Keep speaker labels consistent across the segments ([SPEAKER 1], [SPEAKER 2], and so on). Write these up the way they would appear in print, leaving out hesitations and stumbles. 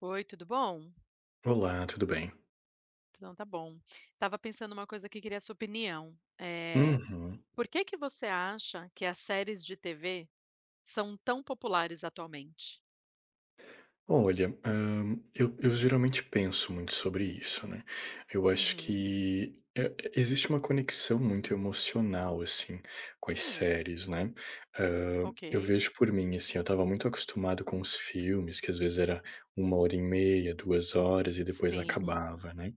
[SPEAKER 1] Oi, tudo bom?
[SPEAKER 2] Olá, tudo bem?
[SPEAKER 1] Então tá bom. Tava pensando uma coisa que queria a sua opinião.
[SPEAKER 2] Uhum.
[SPEAKER 1] Por que que você acha que as séries de TV são tão populares atualmente?
[SPEAKER 2] Olha, eu geralmente penso muito sobre isso, né. Eu acho
[SPEAKER 1] Uhum.
[SPEAKER 2] que, existe uma conexão muito emocional, assim, com as
[SPEAKER 1] Hum,
[SPEAKER 2] séries, né. Eu
[SPEAKER 1] ok.
[SPEAKER 2] vejo por mim, assim, eu estava muito acostumado com os filmes, que às vezes era 1 hora e meia, 2 horas e depois
[SPEAKER 1] Sim.
[SPEAKER 2] acabava, né.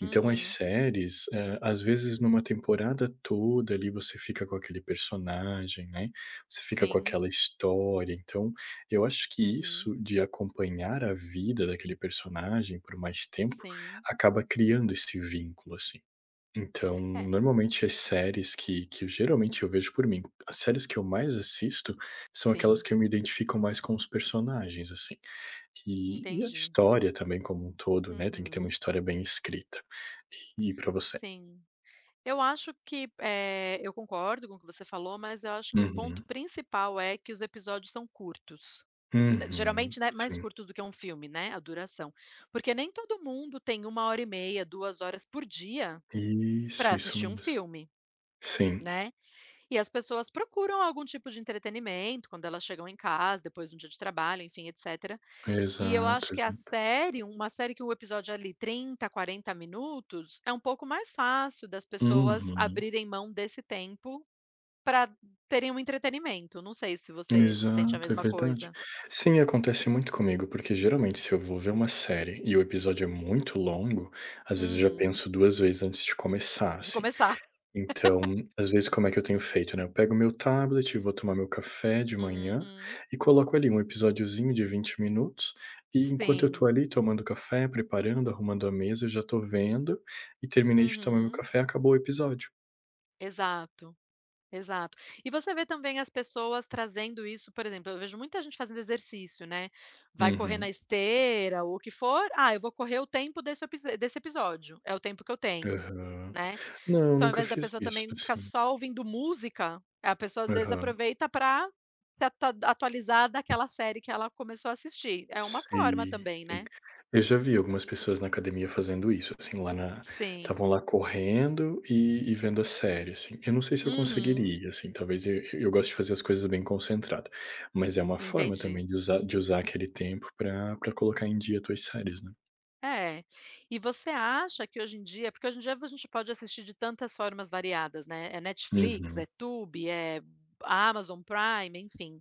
[SPEAKER 2] Então as
[SPEAKER 1] Uhum.
[SPEAKER 2] séries, às vezes numa temporada toda ali você fica com aquele personagem, né, você fica com
[SPEAKER 1] Sim.
[SPEAKER 2] aquela história. Então eu acho que
[SPEAKER 1] Uhum.
[SPEAKER 2] isso de acompanhar a vida daquele personagem por mais tempo
[SPEAKER 1] Sim.
[SPEAKER 2] acaba criando esse vínculo, assim. Então,
[SPEAKER 1] É,
[SPEAKER 2] normalmente as séries que geralmente eu vejo por mim, as séries que eu mais assisto são aquelas
[SPEAKER 1] sim,
[SPEAKER 2] que eu me identifico mais com os personagens, assim. E a
[SPEAKER 1] entendi.
[SPEAKER 2] história também como um todo, né? Tem que ter uma
[SPEAKER 1] Uhum.
[SPEAKER 2] história bem escrita. E, para você?
[SPEAKER 1] Sim. Eu acho que, eu concordo com o que você falou, mas eu acho que o ponto
[SPEAKER 2] Uhum.
[SPEAKER 1] principal é que os episódios são curtos. Né, geralmente,
[SPEAKER 2] Uhum.
[SPEAKER 1] né, mais
[SPEAKER 2] Sim.
[SPEAKER 1] curtos do que um filme, né, a duração. Porque nem todo mundo tem uma hora e meia, 2 horas por dia para
[SPEAKER 2] Isso
[SPEAKER 1] assistir um
[SPEAKER 2] mesmo.
[SPEAKER 1] filme,
[SPEAKER 2] Sim.
[SPEAKER 1] né. E as pessoas procuram algum tipo de entretenimento quando elas chegam em casa, depois de um dia de trabalho, enfim, etc. E eu
[SPEAKER 2] Exato,
[SPEAKER 1] acho que a
[SPEAKER 2] exato.
[SPEAKER 1] série, uma série que o episódio é ali 30, 40 minutos, é um pouco mais fácil das pessoas
[SPEAKER 2] Uhum.
[SPEAKER 1] abrirem mão desse tempo para terem um entretenimento. Não sei se você sente a
[SPEAKER 2] Exato, é
[SPEAKER 1] mesma
[SPEAKER 2] verdade.
[SPEAKER 1] coisa.
[SPEAKER 2] Sim, acontece muito comigo, porque geralmente se eu vou ver uma série e o episódio é muito longo, às vezes eu já
[SPEAKER 1] Uhum.
[SPEAKER 2] penso 2 vezes antes de começar,
[SPEAKER 1] De
[SPEAKER 2] assim.
[SPEAKER 1] começar.
[SPEAKER 2] Então, às vezes como é que eu tenho feito, né, eu pego meu tablet, vou tomar meu café de manhã
[SPEAKER 1] Uhum.
[SPEAKER 2] e coloco ali um episódiozinho de 20 minutos, e enquanto eu tô
[SPEAKER 1] Sim.
[SPEAKER 2] ali tomando café, preparando, arrumando a mesa, eu já tô vendo, e terminei de tomar meu
[SPEAKER 1] Uhum.
[SPEAKER 2] café, acabou o episódio.
[SPEAKER 1] Exato. Exato. E você vê também as pessoas trazendo isso, por exemplo, eu vejo muita gente fazendo exercício, né? Vai correr na
[SPEAKER 2] Uhum,
[SPEAKER 1] esteira ou o que for. Ah, eu vou correr o tempo desse episódio. É o tempo que eu tenho,
[SPEAKER 2] aham.
[SPEAKER 1] né?
[SPEAKER 2] Não,
[SPEAKER 1] Então, ao
[SPEAKER 2] nunca
[SPEAKER 1] invés da
[SPEAKER 2] fiz
[SPEAKER 1] pessoa
[SPEAKER 2] isso,
[SPEAKER 1] também ficar
[SPEAKER 2] assim.
[SPEAKER 1] só ouvindo música, a pessoa às vezes
[SPEAKER 2] Aham.
[SPEAKER 1] aproveita para se atualizar daquela série que ela começou a assistir. É uma forma
[SPEAKER 2] Sim,
[SPEAKER 1] também,
[SPEAKER 2] sim.
[SPEAKER 1] né?
[SPEAKER 2] Eu já vi algumas pessoas na academia fazendo isso, assim, lá na estavam
[SPEAKER 1] Sim.
[SPEAKER 2] lá correndo e vendo a série, assim. Eu não sei se eu
[SPEAKER 1] Uhum.
[SPEAKER 2] conseguiria, assim, talvez eu gosto de fazer as coisas bem concentrado, mas é uma forma também
[SPEAKER 1] Entendi.
[SPEAKER 2] de usar aquele tempo para colocar em dia tuas séries, né.
[SPEAKER 1] É. E você acha que hoje em dia porque hoje em dia a gente pode assistir de tantas formas variadas, né, é Netflix,
[SPEAKER 2] Uhum,
[SPEAKER 1] é Tubi, é Amazon Prime, enfim.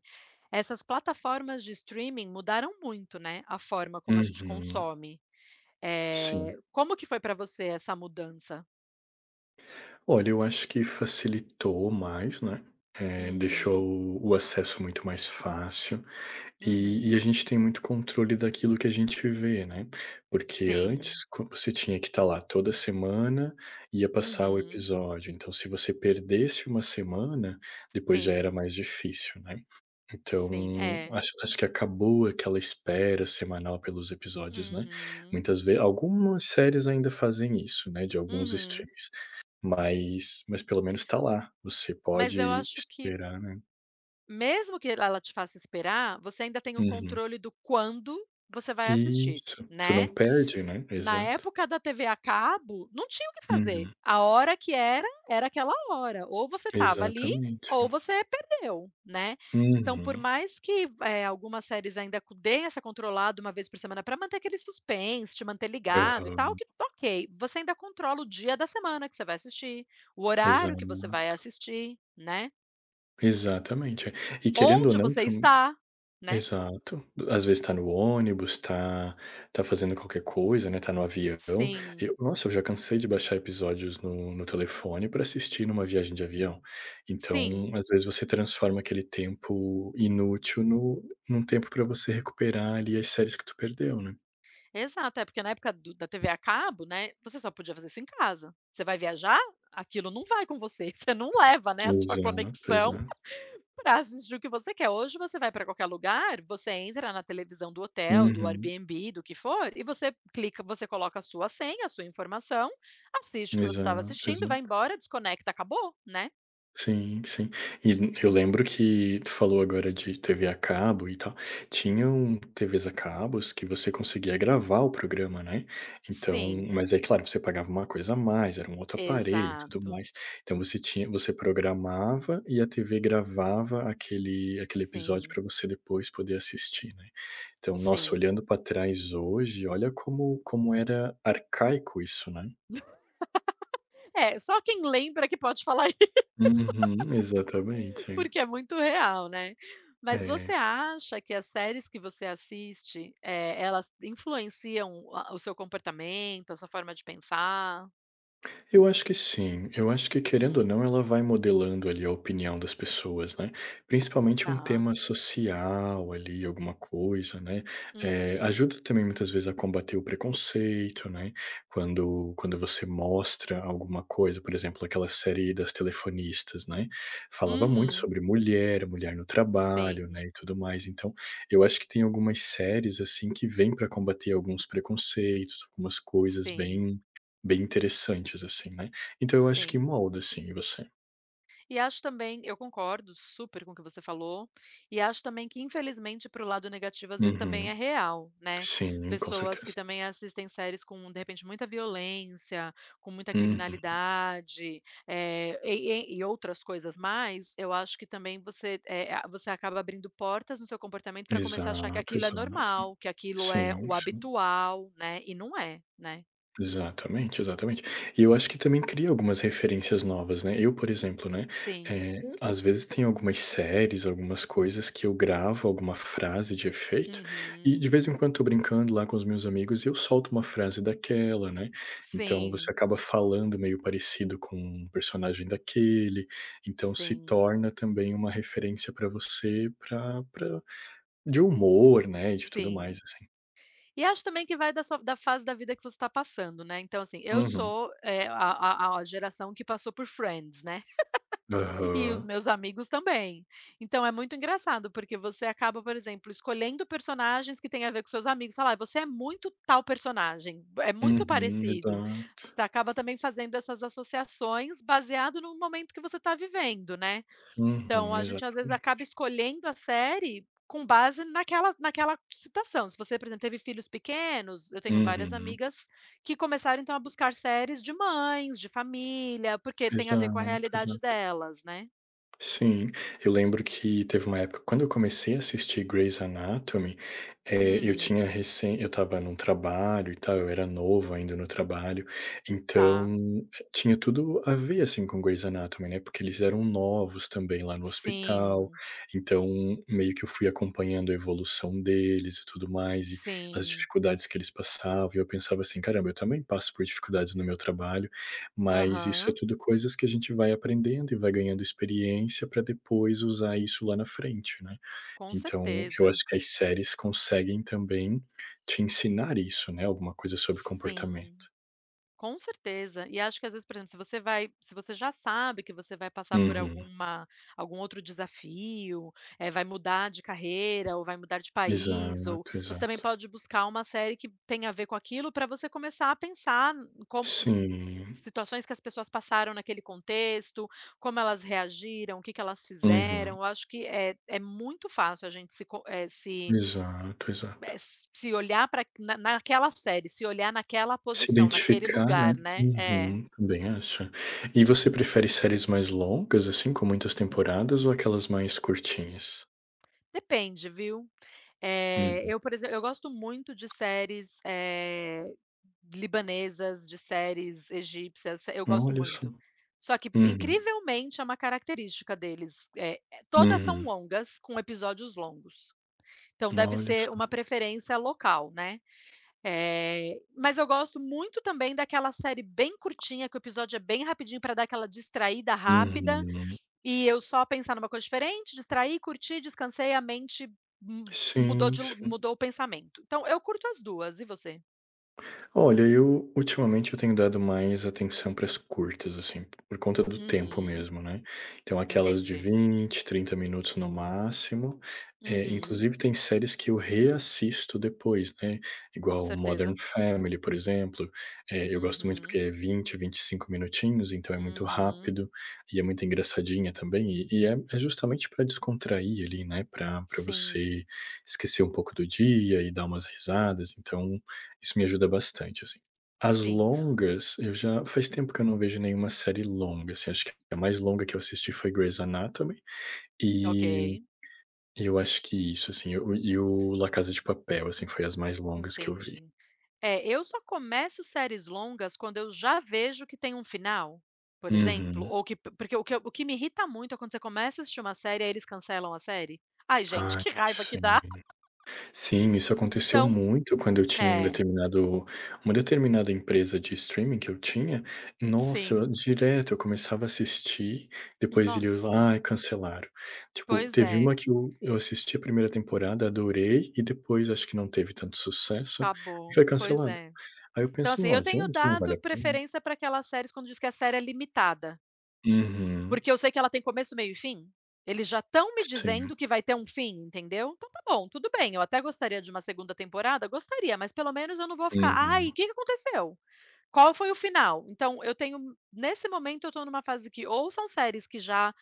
[SPEAKER 1] Essas plataformas de streaming mudaram muito, né, a forma como a gente
[SPEAKER 2] uhum,
[SPEAKER 1] consome.
[SPEAKER 2] sim.
[SPEAKER 1] Como que foi para você essa mudança?
[SPEAKER 2] Olha, eu acho que facilitou mais, né,
[SPEAKER 1] Uhum,
[SPEAKER 2] deixou o acesso muito mais fácil. E a
[SPEAKER 1] uhum.
[SPEAKER 2] gente tem muito controle daquilo que a gente vê, né, porque
[SPEAKER 1] Sim.
[SPEAKER 2] antes co você tinha que estar lá toda semana, ia passar o
[SPEAKER 1] Uhum.
[SPEAKER 2] episódio, então se você perdesse uma semana, depois já era
[SPEAKER 1] Sim,
[SPEAKER 2] mais difícil, né.
[SPEAKER 1] sim.
[SPEAKER 2] Então,
[SPEAKER 1] É.
[SPEAKER 2] acho que acabou aquela espera semanal pelos episódios, né.
[SPEAKER 1] Uhum,
[SPEAKER 2] Muitas vezes, algumas séries ainda fazem isso, né, de alguns
[SPEAKER 1] uhum.
[SPEAKER 2] streams, mas pelo menos está lá, você
[SPEAKER 1] Mas eu
[SPEAKER 2] pode
[SPEAKER 1] acho que
[SPEAKER 2] esperar, né.
[SPEAKER 1] mesmo que ela te faça esperar, você ainda tem o
[SPEAKER 2] Uhum.
[SPEAKER 1] controle do quando você vai assistir,
[SPEAKER 2] Isso, tu não
[SPEAKER 1] né.
[SPEAKER 2] perde, né,
[SPEAKER 1] Na
[SPEAKER 2] exato.
[SPEAKER 1] época da TV a cabo, não tinha o que fazer,
[SPEAKER 2] Uhum,
[SPEAKER 1] a hora que era, era aquela hora, ou você estava ali,
[SPEAKER 2] exatamente.
[SPEAKER 1] ou você perdeu, né. Então por
[SPEAKER 2] Uhum,
[SPEAKER 1] mais que, algumas séries ainda co deem essa controlada uma vez por semana para manter aquele suspense, te manter ligado e tal,
[SPEAKER 2] aham,
[SPEAKER 1] que ok, você ainda controla o dia da semana que você vai assistir, o
[SPEAKER 2] exa
[SPEAKER 1] horário que você vai assistir, né,
[SPEAKER 2] exatamente. E querendo ou
[SPEAKER 1] onde
[SPEAKER 2] não
[SPEAKER 1] você
[SPEAKER 2] tam
[SPEAKER 1] está, né.
[SPEAKER 2] exato. Às vezes tá no ônibus, tá fazendo qualquer coisa, né, tá no avião.
[SPEAKER 1] Sim,
[SPEAKER 2] Eu, nossa, eu já cansei de baixar episódios no telefone pra assistir numa viagem de avião. Então,
[SPEAKER 1] sim,
[SPEAKER 2] às vezes você transforma aquele tempo inútil no num tempo pra você recuperar ali as séries que tu perdeu, né.
[SPEAKER 1] exato. É porque na época do da TV a cabo, né, você só podia fazer isso em casa. Você vai viajar, aquilo não vai com você, você não leva, né, a sua
[SPEAKER 2] Exato,
[SPEAKER 1] conexão
[SPEAKER 2] exato.
[SPEAKER 1] para assistir o que você quer. Hoje você vai para qualquer lugar, você entra na televisão do hotel, do
[SPEAKER 2] Uhum.
[SPEAKER 1] Airbnb, do que for, e você clica você coloca a sua senha, a sua informação, assiste o que você estava
[SPEAKER 2] Exato,
[SPEAKER 1] assistindo, vai
[SPEAKER 2] exato.
[SPEAKER 1] embora, desconecta, acabou, né.
[SPEAKER 2] Sim, sim. E eu lembro que tu falou agora de TV a cabo e tal. Tinham TVs a cabos que você conseguia gravar o programa, né. Então,
[SPEAKER 1] Sim,
[SPEAKER 2] mas aí, claro, você pagava uma coisa a mais, era um outro aparelho e tudo
[SPEAKER 1] exato.
[SPEAKER 2] mais. Então você programava e a TV gravava aquele episódio
[SPEAKER 1] Sim,
[SPEAKER 2] para você depois poder assistir, né. Então, nossa,
[SPEAKER 1] sim.
[SPEAKER 2] olhando para trás hoje, olha como era arcaico isso, né.
[SPEAKER 1] É, só quem lembra que pode falar.
[SPEAKER 2] Uhum, exatamente.
[SPEAKER 1] Porque é muito real, né. Mas você
[SPEAKER 2] É.
[SPEAKER 1] acha que as séries que você assiste, elas influenciam a o seu comportamento, a sua forma de pensar?
[SPEAKER 2] Eu acho que sim. Eu acho que, querendo ou
[SPEAKER 1] Hum,
[SPEAKER 2] não, ela vai modelando ali a opinião das pessoas, né. Principalmente um
[SPEAKER 1] tá.
[SPEAKER 2] tema social ali, alguma coisa, né.
[SPEAKER 1] Uhum,
[SPEAKER 2] Ajuda também muitas vezes a combater o preconceito, né. Quando você mostra alguma coisa, por exemplo, aquela série das telefonistas, né, falava muito
[SPEAKER 1] uhum.
[SPEAKER 2] sobre mulher, mulher no trabalho, né,
[SPEAKER 1] Sim,
[SPEAKER 2] e tudo mais. Então, eu acho que tem algumas séries, assim, que vêm para combater alguns preconceitos, algumas coisas
[SPEAKER 1] sim,
[SPEAKER 2] bem interessantes, assim, né. Então eu acho que
[SPEAKER 1] sim.
[SPEAKER 2] molda, assim, você.
[SPEAKER 1] E acho também eu concordo super com o que você falou, e acho também que infelizmente para o lado negativo às vezes também é
[SPEAKER 2] Uhum.
[SPEAKER 1] real, né.
[SPEAKER 2] Sim, com
[SPEAKER 1] Pessoas que
[SPEAKER 2] certeza.
[SPEAKER 1] também assistem séries com, de repente, muita violência, com muita
[SPEAKER 2] Uhum.
[SPEAKER 1] criminalidade, e e outras coisas mais, eu acho que também você, eh, a você acaba abrindo portas no seu comportamento para começar a achar que
[SPEAKER 2] Exato,
[SPEAKER 1] aquilo é
[SPEAKER 2] exato.
[SPEAKER 1] normal, que aquilo é
[SPEAKER 2] Sim,
[SPEAKER 1] o
[SPEAKER 2] sim.
[SPEAKER 1] habitual, né, e não é, né.
[SPEAKER 2] Exatamente, exatamente. E eu acho que também cria algumas referências novas, né. Eu, por exemplo, né,
[SPEAKER 1] Sim.
[SPEAKER 2] às vezes tem algumas séries, algumas coisas que eu gravo alguma frase de efeito e de
[SPEAKER 1] Uhum.
[SPEAKER 2] vez em quando tô brincando lá com os meus amigos e eu solto uma frase daquela, né. Então você
[SPEAKER 1] Sim,
[SPEAKER 2] acaba falando meio parecido com um personagem daquele, então se
[SPEAKER 1] sim,
[SPEAKER 2] torna também uma referência para você, para de humor, né, e de tudo mais,
[SPEAKER 1] sim.
[SPEAKER 2] assim.
[SPEAKER 1] E acho também que vai da fase da vida que você está passando, né, então assim, eu
[SPEAKER 2] Uhum.
[SPEAKER 1] sou, a geração que passou por Friends, né, e os
[SPEAKER 2] Aham.
[SPEAKER 1] meus amigos também. Então é muito engraçado, porque você acaba, por exemplo, escolhendo personagens que têm a ver com seus amigos, falar, você é muito tal personagem, é muito
[SPEAKER 2] Uhum,
[SPEAKER 1] parecido".
[SPEAKER 2] exato.
[SPEAKER 1] Você acaba também fazendo essas associações baseado no momento que você está vivendo, né. Então,
[SPEAKER 2] Uhum,
[SPEAKER 1] a gente às vezes
[SPEAKER 2] exatamente.
[SPEAKER 1] acaba escolhendo a série com base naquela situação. Se você, por exemplo, teve filhos pequenos, eu tenho várias
[SPEAKER 2] Uhum.
[SPEAKER 1] amigas que começaram então a buscar séries de mães, de família, porque tem a ver com a
[SPEAKER 2] Exato,
[SPEAKER 1] realidade
[SPEAKER 2] exato.
[SPEAKER 1] delas, né.
[SPEAKER 2] Sim, eu lembro que teve uma época quando eu comecei a assistir Grey's Anatomy, eu
[SPEAKER 1] Uhum,
[SPEAKER 2] tinha recém eu estava num trabalho e tal, eu era novo ainda no trabalho,
[SPEAKER 1] tá.
[SPEAKER 2] então, tinha tudo a ver, assim, com Grey's Anatomy, né, porque eles eram novos também lá no hospital,
[SPEAKER 1] Sim,
[SPEAKER 2] então meio que eu fui acompanhando a evolução deles e tudo mais, e as
[SPEAKER 1] sim.
[SPEAKER 2] dificuldades que eles passavam, e eu pensava assim: "Caramba, eu também passo por dificuldades no meu trabalho". Mas isso é
[SPEAKER 1] Aham,
[SPEAKER 2] tudo coisas que a gente vai aprendendo e vai ganhando experiência para depois usar isso lá na frente, né.
[SPEAKER 1] com
[SPEAKER 2] Então, eu
[SPEAKER 1] certeza.
[SPEAKER 2] acho que as séries conseguem também te ensinar isso, né, alguma coisa sobre
[SPEAKER 1] Sim.
[SPEAKER 2] comportamento.
[SPEAKER 1] Com certeza. E acho que às vezes, por exemplo, se você já sabe que você vai passar por
[SPEAKER 2] Uhum.
[SPEAKER 1] algum outro desafio, vai mudar de carreira ou vai mudar de país, ou
[SPEAKER 2] Exato,
[SPEAKER 1] você também
[SPEAKER 2] exato.
[SPEAKER 1] pode buscar uma série que tenha a ver com aquilo para você começar a pensar com
[SPEAKER 2] Sim.
[SPEAKER 1] situações que as pessoas passaram naquele contexto, como elas reagiram, o que que elas fizeram.
[SPEAKER 2] Uhum.
[SPEAKER 1] Eu acho que é muito fácil a gente se co
[SPEAKER 2] Exato,
[SPEAKER 1] eh,
[SPEAKER 2] exato.
[SPEAKER 1] se olhar para naquela série, se olhar naquela
[SPEAKER 2] Se
[SPEAKER 1] posição, naquele
[SPEAKER 2] identificar,
[SPEAKER 1] lugar,
[SPEAKER 2] né.
[SPEAKER 1] né. É.
[SPEAKER 2] Uhum, também acho. E você prefere séries mais longas, assim, com muitas temporadas ou aquelas mais curtinhas?
[SPEAKER 1] Depende, viu. Eh,
[SPEAKER 2] Hum.
[SPEAKER 1] eu, por exemplo, eu gosto muito de séries, libanesas, de séries egípcias, eu gosto
[SPEAKER 2] Olha só.
[SPEAKER 1] muito. Só que,
[SPEAKER 2] Uhum.
[SPEAKER 1] incrivelmente, é uma característica deles, todas são
[SPEAKER 2] Uhum.
[SPEAKER 1] longas, com episódios longos. Então deve
[SPEAKER 2] Olha
[SPEAKER 1] ser uma
[SPEAKER 2] só.
[SPEAKER 1] preferência local, né. Mas eu gosto muito também daquela série bem curtinha, que o episódio é bem rapidinho para dar aquela distraída rápida,
[SPEAKER 2] Uhum.
[SPEAKER 1] e eu só pensar numa coisa diferente, distraí, curti, descansei, a mente mu mudou
[SPEAKER 2] Sim,
[SPEAKER 1] de lu
[SPEAKER 2] sim.
[SPEAKER 1] mudou o pensamento. Então eu curto as duas. E você?
[SPEAKER 2] Olha, eu ultimamente eu tenho dado mais atenção para as curtas, assim, por conta do tempo
[SPEAKER 1] Uhum,
[SPEAKER 2] mesmo, né. Então aquelas de
[SPEAKER 1] entendi.
[SPEAKER 2] 20, 30 minutos no máximo,
[SPEAKER 1] Uhum,
[SPEAKER 2] inclusive tem séries que eu reassisto depois, né,
[SPEAKER 1] com
[SPEAKER 2] igual Modern
[SPEAKER 1] certeza.
[SPEAKER 2] Family, por exemplo, eu gosto muito
[SPEAKER 1] Uhum,
[SPEAKER 2] porque é 20, 25 minutinhos, então é muito
[SPEAKER 1] uhum.
[SPEAKER 2] rápido e é muito engraçadinha também, e é justamente para descontrair ali, né. Para
[SPEAKER 1] Sim,
[SPEAKER 2] você esquecer um pouco do dia e dar umas risadas, então isso me ajuda bastante, assim. As
[SPEAKER 1] sim.
[SPEAKER 2] longas, eu já faz tempo que eu não vejo nenhuma série longa, assim, acho que a mais longa que eu assisti foi Grey's Anatomy,
[SPEAKER 1] Ok,
[SPEAKER 2] e eu acho que isso, assim, e o La Casa de Papel, assim, foi as mais longas que eu vi.
[SPEAKER 1] entendi. É, eu só começo séries longas quando eu já vejo que tem um final, por exemplo,
[SPEAKER 2] Uhum.
[SPEAKER 1] ou que porque o que me irrita muito é quando você começa a assistir uma série, e eles cancelam a série. Ai gente,
[SPEAKER 2] Ai,
[SPEAKER 1] que raiva que
[SPEAKER 2] sim.
[SPEAKER 1] dá.
[SPEAKER 2] Sim, isso aconteceu
[SPEAKER 1] Então
[SPEAKER 2] muito quando eu tinha um
[SPEAKER 1] é.
[SPEAKER 2] determinado uma determinada empresa de streaming que eu tinha. Nossa,
[SPEAKER 1] Sim.
[SPEAKER 2] direto eu começava a assistir, depois eles:
[SPEAKER 1] Nossa,
[SPEAKER 2] "Ai, cancelaram". Tipo,
[SPEAKER 1] pois
[SPEAKER 2] teve
[SPEAKER 1] é,
[SPEAKER 2] uma que eu assisti a primeira temporada, adorei, e depois acho que não teve tanto sucesso, e
[SPEAKER 1] acabou.
[SPEAKER 2] foi
[SPEAKER 1] Pois
[SPEAKER 2] cancelada.
[SPEAKER 1] é.
[SPEAKER 2] Aí eu
[SPEAKER 1] Então,
[SPEAKER 2] penso:
[SPEAKER 1] assim,
[SPEAKER 2] "Não
[SPEAKER 1] eu tenho
[SPEAKER 2] adianta, não vale
[SPEAKER 1] dado
[SPEAKER 2] a pena".
[SPEAKER 1] preferência para aquelas séries quando diz que a série é limitada,
[SPEAKER 2] Uhum.
[SPEAKER 1] porque eu sei que ela tem começo, meio e fim. Eles já estão me
[SPEAKER 2] Sim.
[SPEAKER 1] dizendo que vai ter um fim, entendeu? Então tá bom, tudo bem. Eu até gostaria de uma segunda temporada, gostaria, mas pelo menos eu não vou ficar, ai, o
[SPEAKER 2] Uhum.
[SPEAKER 1] que que aconteceu? Qual foi o final? Então eu tenho, nesse momento eu estou numa fase que ou são séries que já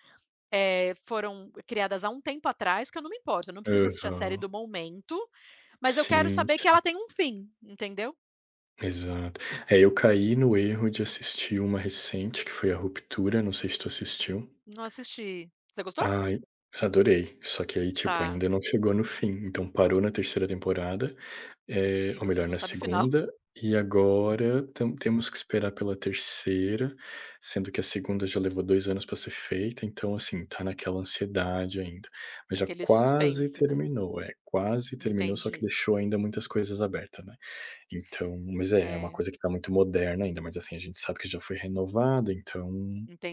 [SPEAKER 1] foram criadas há um tempo atrás, que eu não me importo, eu não preciso assistir a série
[SPEAKER 2] Aham.
[SPEAKER 1] do momento. Mas eu quero
[SPEAKER 2] Sim,
[SPEAKER 1] saber que
[SPEAKER 2] sim.
[SPEAKER 1] ela tem um fim, entendeu?
[SPEAKER 2] Exato. É, eu caí no erro de assistir uma recente, que foi A Ruptura, não sei se tu assistiu.
[SPEAKER 1] Não assisti. Você gostou?
[SPEAKER 2] Ai, adorei. Só que aí, tipo,
[SPEAKER 1] Tá.
[SPEAKER 2] ainda não chegou no fim, então parou na terceira temporada,
[SPEAKER 1] E
[SPEAKER 2] ou
[SPEAKER 1] você
[SPEAKER 2] melhor,
[SPEAKER 1] não
[SPEAKER 2] na
[SPEAKER 1] sabe o final.
[SPEAKER 2] segunda, e agora tam temos que esperar pela terceira, sendo que a segunda já levou 2 anos para ser feita, então, assim, tá naquela ansiedade ainda. Mas já
[SPEAKER 1] Aquele
[SPEAKER 2] quase
[SPEAKER 1] suspense, né.
[SPEAKER 2] terminou, é, quase terminou, só que
[SPEAKER 1] Entendi.
[SPEAKER 2] deixou ainda muitas coisas abertas, né. Então, mas é, é uma
[SPEAKER 1] É,
[SPEAKER 2] coisa que tá muito moderna ainda, mas assim, a gente sabe que já foi renovada, então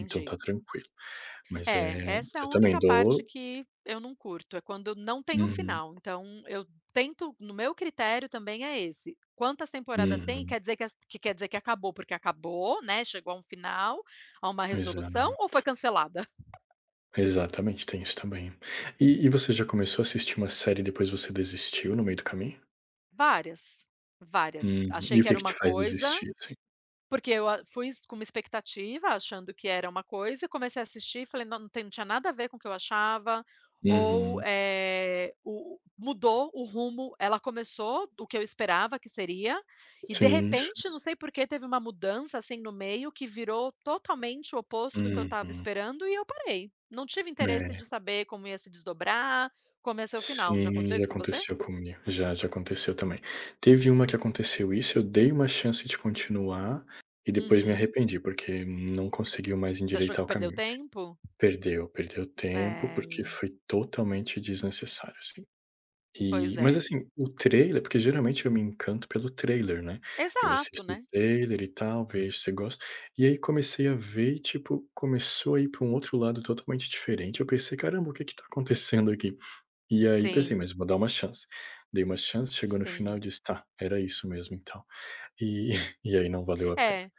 [SPEAKER 2] então tá tranquilo. Mas
[SPEAKER 1] É,
[SPEAKER 2] é,
[SPEAKER 1] essa é a
[SPEAKER 2] eu também
[SPEAKER 1] única parte
[SPEAKER 2] dou.
[SPEAKER 1] que eu não curto, é quando não tem o
[SPEAKER 2] Uhum,
[SPEAKER 1] final. Então eu tento no meu critério também é esse, quantas temporadas tem
[SPEAKER 2] uhum.
[SPEAKER 1] quer dizer que as que quer dizer que acabou, porque acabou, né, chegou a um final, a uma resolução
[SPEAKER 2] Exato.
[SPEAKER 1] ou foi cancelada?
[SPEAKER 2] Exatamente, tem isso também. E você já começou a assistir uma série e depois você desistiu no meio do caminho?
[SPEAKER 1] Várias, várias.
[SPEAKER 2] Uhum.
[SPEAKER 1] Achei
[SPEAKER 2] E o
[SPEAKER 1] que
[SPEAKER 2] que
[SPEAKER 1] era
[SPEAKER 2] que te
[SPEAKER 1] uma
[SPEAKER 2] faz
[SPEAKER 1] coisa
[SPEAKER 2] desistir, assim?
[SPEAKER 1] Porque eu a fui s com uma expectativa, achando que era uma coisa e comecei a assistir e falei: "Não, não tem não tinha nada a ver com o que eu achava", ou,
[SPEAKER 2] Uhum.
[SPEAKER 1] eh, o mudou o rumo, ela começou do que eu esperava que seria, e de
[SPEAKER 2] Sim,
[SPEAKER 1] repente,
[SPEAKER 2] sim.
[SPEAKER 1] não sei por que, teve uma mudança, assim, no meio que virou totalmente o oposto do que eu estava
[SPEAKER 2] Uhum.
[SPEAKER 1] esperando e eu parei. Não tive interesse
[SPEAKER 2] É.
[SPEAKER 1] de saber como ia se desdobrar, como ia ser o final. Já
[SPEAKER 2] Sim,
[SPEAKER 1] aconteceu
[SPEAKER 2] já
[SPEAKER 1] isso com você?
[SPEAKER 2] aconteceu comigo. Já, já aconteceu também. Teve uma que aconteceu isso, eu dei uma chance de continuar e depois me
[SPEAKER 1] Uhum.
[SPEAKER 2] arrependi, porque não conseguiu mais
[SPEAKER 1] Você achou que
[SPEAKER 2] endireitar o
[SPEAKER 1] perdeu
[SPEAKER 2] caminho.
[SPEAKER 1] tempo?
[SPEAKER 2] Perdeu, perdeu tempo,
[SPEAKER 1] É,
[SPEAKER 2] porque foi totalmente desnecessário, assim.
[SPEAKER 1] pois
[SPEAKER 2] E mas
[SPEAKER 1] é.
[SPEAKER 2] assim, o trailer, porque geralmente eu me encanto pelo trailer, né. Eu
[SPEAKER 1] Exato,
[SPEAKER 2] assisto o
[SPEAKER 1] né.
[SPEAKER 2] trailer e tal, vejo se gosto. E aí comecei a ver e, tipo, começou a ir pra um outro lado totalmente diferente, eu pensei: "Caramba, o que que tá acontecendo aqui?". E aí pensei: "Mas
[SPEAKER 1] Sim,
[SPEAKER 2] vou dar uma chance". Dei uma chance, chegou no final e
[SPEAKER 1] sim.
[SPEAKER 2] disse: "Tá, era isso mesmo então". E e aí não valeu a pena.
[SPEAKER 1] É,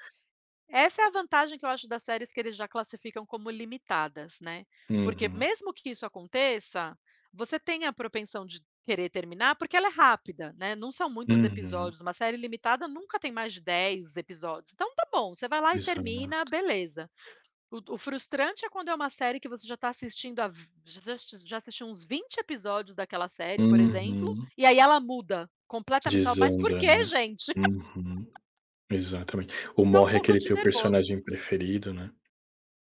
[SPEAKER 1] essa é a vantagem que eu acho das séries que eles já classificam como limitadas, né. Porque
[SPEAKER 2] Uhum,
[SPEAKER 1] mesmo que isso aconteça, você tem a propensão de querer terminar, porque ela é rápida, né, não são muitos
[SPEAKER 2] uhum,
[SPEAKER 1] episódios, uma série limitada nunca tem mais de 10 episódios, então tá bom, você vai lá e
[SPEAKER 2] exato.
[SPEAKER 1] termina, beleza. O frustrante é quando é uma série que você já está assistindo há v já assisti já assistiu uns 20 episódios daquela série, por exemplo,
[SPEAKER 2] Uhum.
[SPEAKER 1] e aí ela muda completamente, você fala: "Mas por
[SPEAKER 2] Desanda,
[SPEAKER 1] quê,
[SPEAKER 2] né.
[SPEAKER 1] gente?"
[SPEAKER 2] Uhum, exatamente. O
[SPEAKER 1] Me dá um
[SPEAKER 2] Morre é
[SPEAKER 1] pouco
[SPEAKER 2] aquele
[SPEAKER 1] de
[SPEAKER 2] teu
[SPEAKER 1] nervoso.
[SPEAKER 2] personagem preferido, né.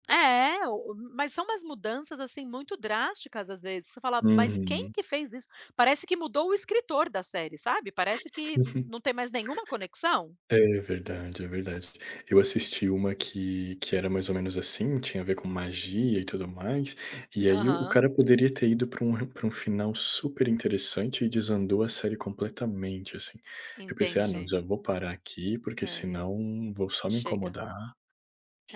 [SPEAKER 1] É, o mas são umas mudanças, assim, muito drásticas, às vezes. Você fala: "Mas quem
[SPEAKER 2] Uhum.
[SPEAKER 1] que fez isso?" Parece que mudou o escritor da série, sabe, parece que n não tem mais nenhuma conexão.
[SPEAKER 2] É verdade, é verdade. Eu assisti uma que era mais ou menos assim, tinha a ver com magia e tudo mais, e aí o
[SPEAKER 1] Aham,
[SPEAKER 2] cara poderia ter ido para um final super interessante e desandou a série completamente, assim. Eu pensei: "Ah não,
[SPEAKER 1] entendi.
[SPEAKER 2] já vou parar aqui, porque
[SPEAKER 1] É,
[SPEAKER 2] senão vou só me
[SPEAKER 1] chega.
[SPEAKER 2] incomodar",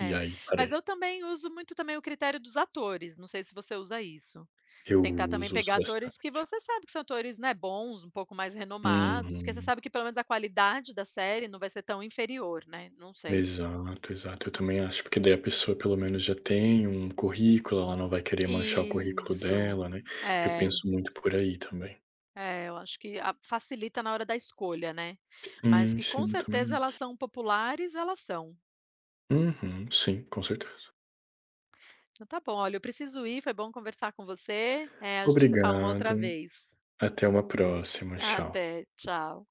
[SPEAKER 2] e aí
[SPEAKER 1] Mas
[SPEAKER 2] parei.
[SPEAKER 1] eu também uso muito também o critério dos atores, não sei se você usa isso.
[SPEAKER 2] Eu
[SPEAKER 1] Tentar também
[SPEAKER 2] uso
[SPEAKER 1] pegar
[SPEAKER 2] bastante.
[SPEAKER 1] atores que você sabe que são atores, né, bons, um pouco mais renomados, que você
[SPEAKER 2] Uhum.
[SPEAKER 1] sabe que pelo menos a qualidade da série não vai ser tão inferior, né, não sei.
[SPEAKER 2] Exato, exato. Eu também acho, porque daí a pessoa pelo menos já tem um currículo, ela não vai querer manchar o currículo
[SPEAKER 1] Isso.
[SPEAKER 2] dela, né. Eu
[SPEAKER 1] É,
[SPEAKER 2] penso muito por aí também.
[SPEAKER 1] é, eu acho que a facilita na hora da escolha, né. Mas
[SPEAKER 2] Sim,
[SPEAKER 1] que com
[SPEAKER 2] sim, eu também
[SPEAKER 1] certeza elas
[SPEAKER 2] acho.
[SPEAKER 1] são populares, elas são.
[SPEAKER 2] Uhum, sim, com certeza.
[SPEAKER 1] Então tá bom, olha, eu preciso ir, foi bom conversar com você. É, a gente se fala uma
[SPEAKER 2] Obrigado,
[SPEAKER 1] outra vez.
[SPEAKER 2] até uma próxima, tchau.
[SPEAKER 1] Até, tchau.